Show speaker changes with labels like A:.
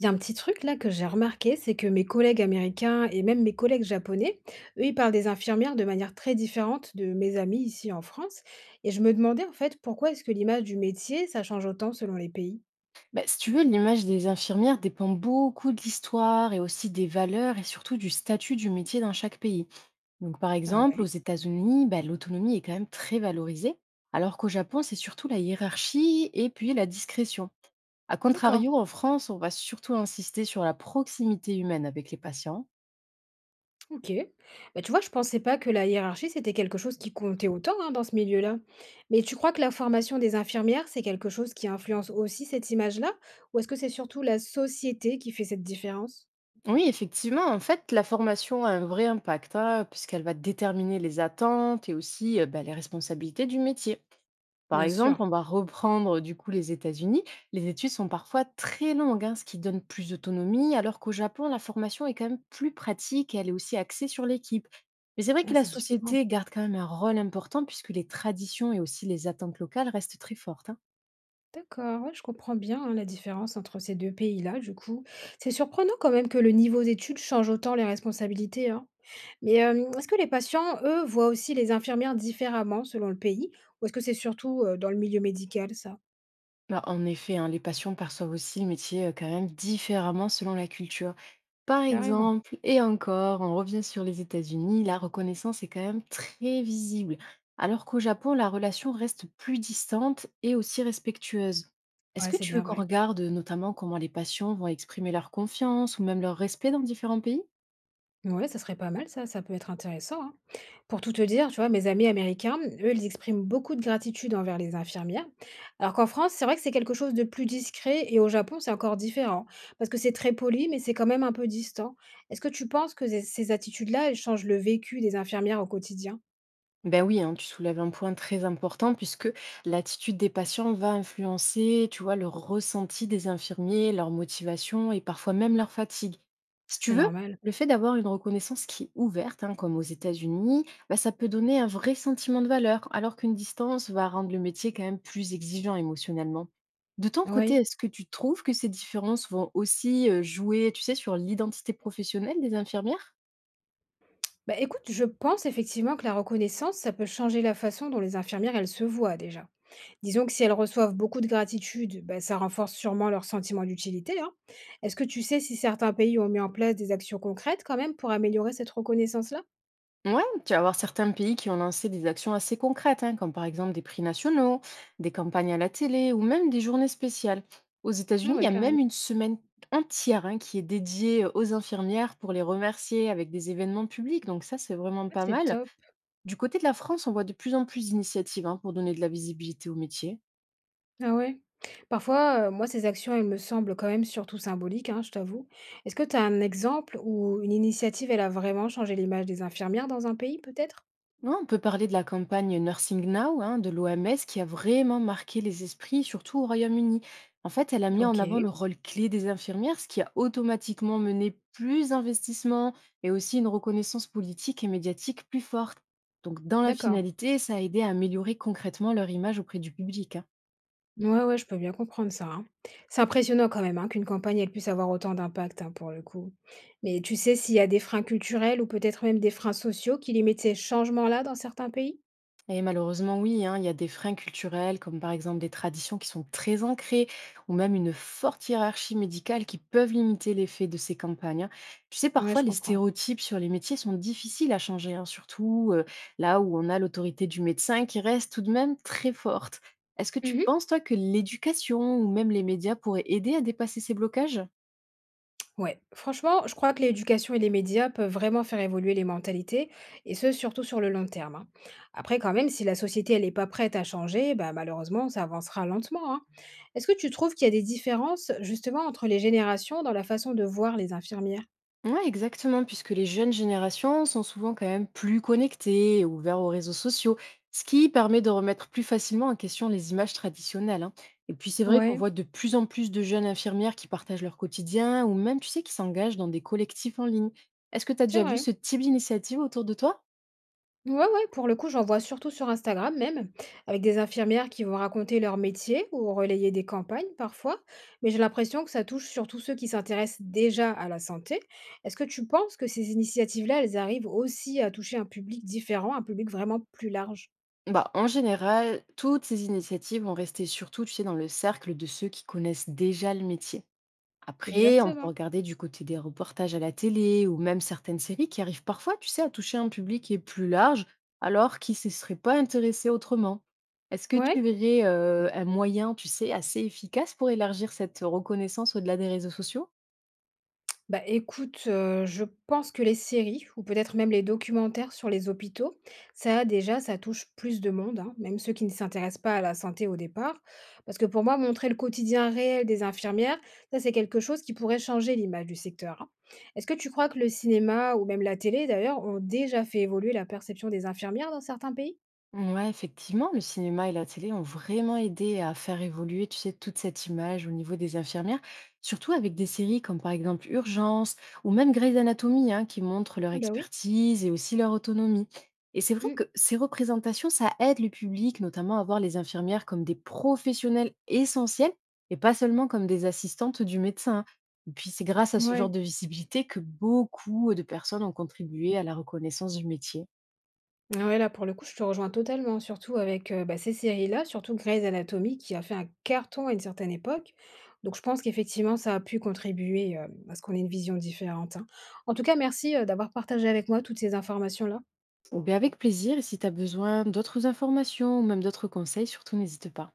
A: Il y a un petit truc là que j'ai remarqué, c'est que mes collègues américains et même mes collègues japonais, eux, ils parlent des infirmières de manière très différente de mes amis ici en France. Et je me demandais en fait pourquoi est-ce que l'image du métier, ça change autant selon les pays.
B: Bah, si tu veux, l'image des infirmières dépend beaucoup de l'histoire et aussi des valeurs et surtout du statut du métier dans chaque pays. Donc, par
A: Ah
B: exemple, aux
A: ouais,
B: États-Unis, bah, l'autonomie est quand même très valorisée, alors qu'au Japon, c'est surtout la hiérarchie et puis la discrétion. A
A: d'accord,
B: contrario, en France, on va surtout insister sur la proximité humaine avec les patients.
A: ok. Bah, tu vois, je pensais pas que la hiérarchie, c'était quelque chose qui comptait autant hein, dans ce milieu-là. Mais tu crois que la formation des infirmières, c'est quelque chose qui influence aussi cette image-là? Ou est-ce que c'est surtout la société qui fait cette différence?
B: Oui, effectivement, en fait, la formation a un vrai impact, hein, puisqu'elle va déterminer les attentes et aussi bah, les responsabilités du métier. Par
A: Bien
B: exemple,
A: sûr,
B: on va reprendre du coup les États-Unis. Les études sont parfois très longues, hein, ce qui donne plus d'autonomie, alors qu'au Japon, la formation est quand même plus pratique et elle est aussi axée sur l'équipe. Mais c'est vrai que
A: ah,
B: la
A: c'est différent.
B: société garde quand même un rôle important puisque les traditions et aussi les attentes locales restent très fortes, hein.
A: D'accord, ouais, je comprends bien, hein, la différence entre ces 2 pays-là, du coup. C'est surprenant quand même que le niveau d'études change autant les responsabilités, hein. Mais, est-ce que les patients, eux, voient aussi les infirmières différemment selon le pays? Ou est-ce que c'est surtout, dans le milieu médical ça?
B: Bah, en effet, hein, les passions perçoivent aussi le métier quand même différemment selon la culture. Par
A: Carrément.
B: exemple, et encore, on revient sur les États-Unis, la reconnaissance est quand même très visible, alors qu'au Japon, la relation reste plus distante et aussi respectueuse. Est-ce
A: Ouais,
B: que
A: c'est
B: tu veux
A: bien
B: qu'on
A: vrai.
B: regarde notamment comment les patients vont exprimer leur confiance ou même leur respect dans différents pays?
A: Ouais, ça serait pas mal ça, ça peut être intéressant, hein. Pour tout te dire, tu vois, mes amis américains, eux, ils expriment beaucoup de gratitude envers les infirmières, alors qu'en France, c'est vrai que c'est quelque chose de plus discret et au Japon, c'est encore différent, parce que c'est très poli, mais c'est quand même un peu distant. Est-ce que tu penses que ces attitudes-là, elles changent le vécu des infirmières au quotidien?
B: Ben oui, hein, tu soulèves un point très important puisque l'attitude des patients va influencer, tu vois, le ressenti des infirmiers, leur motivation et parfois même leur fatigue. Si tu
A: C'est
B: veux,
A: normal.
B: le fait d'avoir une reconnaissance qui est ouverte, hein, comme aux États-Unis, bah, ça peut donner un vrai sentiment de valeur, alors qu'une distance va rendre le métier quand même plus exigeant émotionnellement. De ton côté,
A: Oui.
B: est-ce que tu trouves que ces différences vont aussi jouer, tu sais, sur l'identité professionnelle des infirmières?
A: Bah écoute, je pense effectivement que la reconnaissance, ça peut changer la façon dont les infirmières, elles se voient déjà. Disons que si elles reçoivent beaucoup de gratitude, bah, ça renforce sûrement leur sentiment d'utilité, hein. Est-ce que tu sais si certains pays ont mis en place des actions concrètes quand même pour améliorer cette reconnaissance-là?
B: Ouais, tu vas avoir certains pays qui ont lancé des actions assez concrètes, hein, comme par exemple des prix nationaux, des campagnes à la télé ou même des journées spéciales. Aux
A: Ah
B: États-Unis, il y
A: ouais,
B: a
A: carrément.
B: même une semaine entière, hein, qui est dédiée aux infirmières pour les remercier avec des événements publics. Donc ça, c'est vraiment
A: Ouais,
B: pas
A: c'est
B: mal.
A: top.
B: Du côté de la France, on voit de plus en plus d'initiatives, hein, pour donner de la visibilité au métier.
A: Ah ouais. Parfois, moi, ces actions, elles me semblent quand même surtout symboliques, hein, je t'avoue. Est-ce que tu as un exemple où une initiative, elle a vraiment changé l'image des infirmières dans un pays peut-être?
B: Non, on peut parler de la campagne Nursing Now, hein, de l'OMS qui a vraiment marqué les esprits, surtout au Royaume-Uni. En fait, elle a mis en avant le
A: OK,
B: rôle clé des infirmières, ce qui a automatiquement mené plus d'investissements et aussi une reconnaissance politique et médiatique plus forte. Donc, dans la
A: d'accord.
B: finalité, ça a aidé à améliorer concrètement leur image auprès du public, hein.
A: Ouais, ouais, je peux bien comprendre ça, hein. C'est impressionnant quand même, hein, qu'une campagne, elle puisse avoir autant d'impact, hein, pour le coup. Mais tu sais s'il y a des freins culturels ou peut-être même des freins sociaux qui limitent ces changements-là dans certains pays?
B: Et malheureusement, oui, hein, il y a des freins culturels, comme par exemple des traditions qui sont très ancrées, ou même une forte hiérarchie médicale qui peuvent limiter l'effet de ces campagnes, hein. Tu sais,
A: Ouais,
B: parfois,
A: je
B: les
A: comprends.
B: stéréotypes sur les métiers sont difficiles à changer, hein, surtout là où on a l'autorité du médecin qui reste tout de même très forte. Est-ce que tu
A: Mhm.
B: penses, toi, que l'éducation ou même les médias pourraient aider à dépasser ces blocages?
A: Ouais, franchement, je crois que l'éducation et les médias peuvent vraiment faire évoluer les mentalités, et ce, surtout sur le long terme, hein. Après, quand même, si la société, elle n'est pas prête à changer, bah, malheureusement, ça avancera lentement, hein. Est-ce que tu trouves qu'il y a des différences, justement, entre les générations dans la façon de voir les infirmières?
B: Ouais, exactement, puisque les jeunes générations sont souvent quand même plus connectées et ouvertes aux réseaux sociaux, ce qui permet de remettre plus facilement en question les images traditionnelles, hein. Et puis c'est vrai qu'on
A: Ouais,
B: voit de plus en plus de jeunes infirmières qui partagent leur quotidien ou même, tu sais, qui s'engagent dans des collectifs en ligne. Est-ce que tu as
A: c'est
B: déjà vu
A: vrai.
B: ce type d'initiative autour de toi?
A: Ouais, ouais, pour le coup, j'en vois surtout sur Instagram même, avec des infirmières qui vont raconter leur métier ou relayer des campagnes parfois, mais j'ai l'impression que ça touche surtout ceux qui s'intéressent déjà à la santé. Est-ce que tu penses que ces initiatives-là, elles arrivent aussi à toucher un public différent, un public vraiment plus large?
B: Bah, en général, toutes ces initiatives vont rester surtout, tu sais, dans le cercle de ceux qui connaissent déjà le métier. Après, on peut
A: Exactement.
B: regarder du côté des reportages à la télé ou même certaines séries qui arrivent parfois, tu sais, à toucher un public qui est plus large, alors qui ne se serait pas intéressé autrement. Est-ce que tu
A: Ouais.
B: verrais un moyen, tu sais, assez efficace pour élargir cette reconnaissance au-delà des réseaux sociaux?
A: Bah écoute, je pense que les séries ou peut-être même les documentaires sur les hôpitaux, ça déjà, ça touche plus de monde, hein, même ceux qui ne s'intéressent pas à la santé au départ. Parce que pour moi, montrer le quotidien réel des infirmières, ça c'est quelque chose qui pourrait changer l'image du secteur, hein. Est-ce que tu crois que le cinéma ou même la télé d'ailleurs, ont déjà fait évoluer la perception des infirmières dans certains pays?
B: Ouais, effectivement, le cinéma et la télé ont vraiment aidé à faire évoluer, tu sais, toute cette image au niveau des infirmières, surtout avec des séries comme par exemple Urgence ou même Grey's Anatomy, hein, qui montrent leur
A: Ah bah oui.
B: expertise et aussi leur autonomie. Et c'est vrai
A: Mmh,
B: que ces représentations, ça aide le public, notamment à voir les infirmières comme des professionnels essentiels et pas seulement comme des assistantes du médecin, hein. Et puis c'est grâce à ce genre
A: ouais.
B: de visibilité que beaucoup de personnes ont contribué à la reconnaissance du métier.
A: Ah ouais, là, pour le coup, je te rejoins totalement, surtout avec, bah, ces séries-là, surtout Grey's Anatomy qui a fait un carton à une certaine époque. Donc je pense qu'effectivement, ça a pu contribuer, à ce qu'on ait une vision différente, hein. En tout cas, merci, d'avoir partagé avec moi toutes ces informations-là.
B: Ou bien avec plaisir, et si tu as besoin d'autres informations ou même d'autres conseils, surtout n'hésite pas.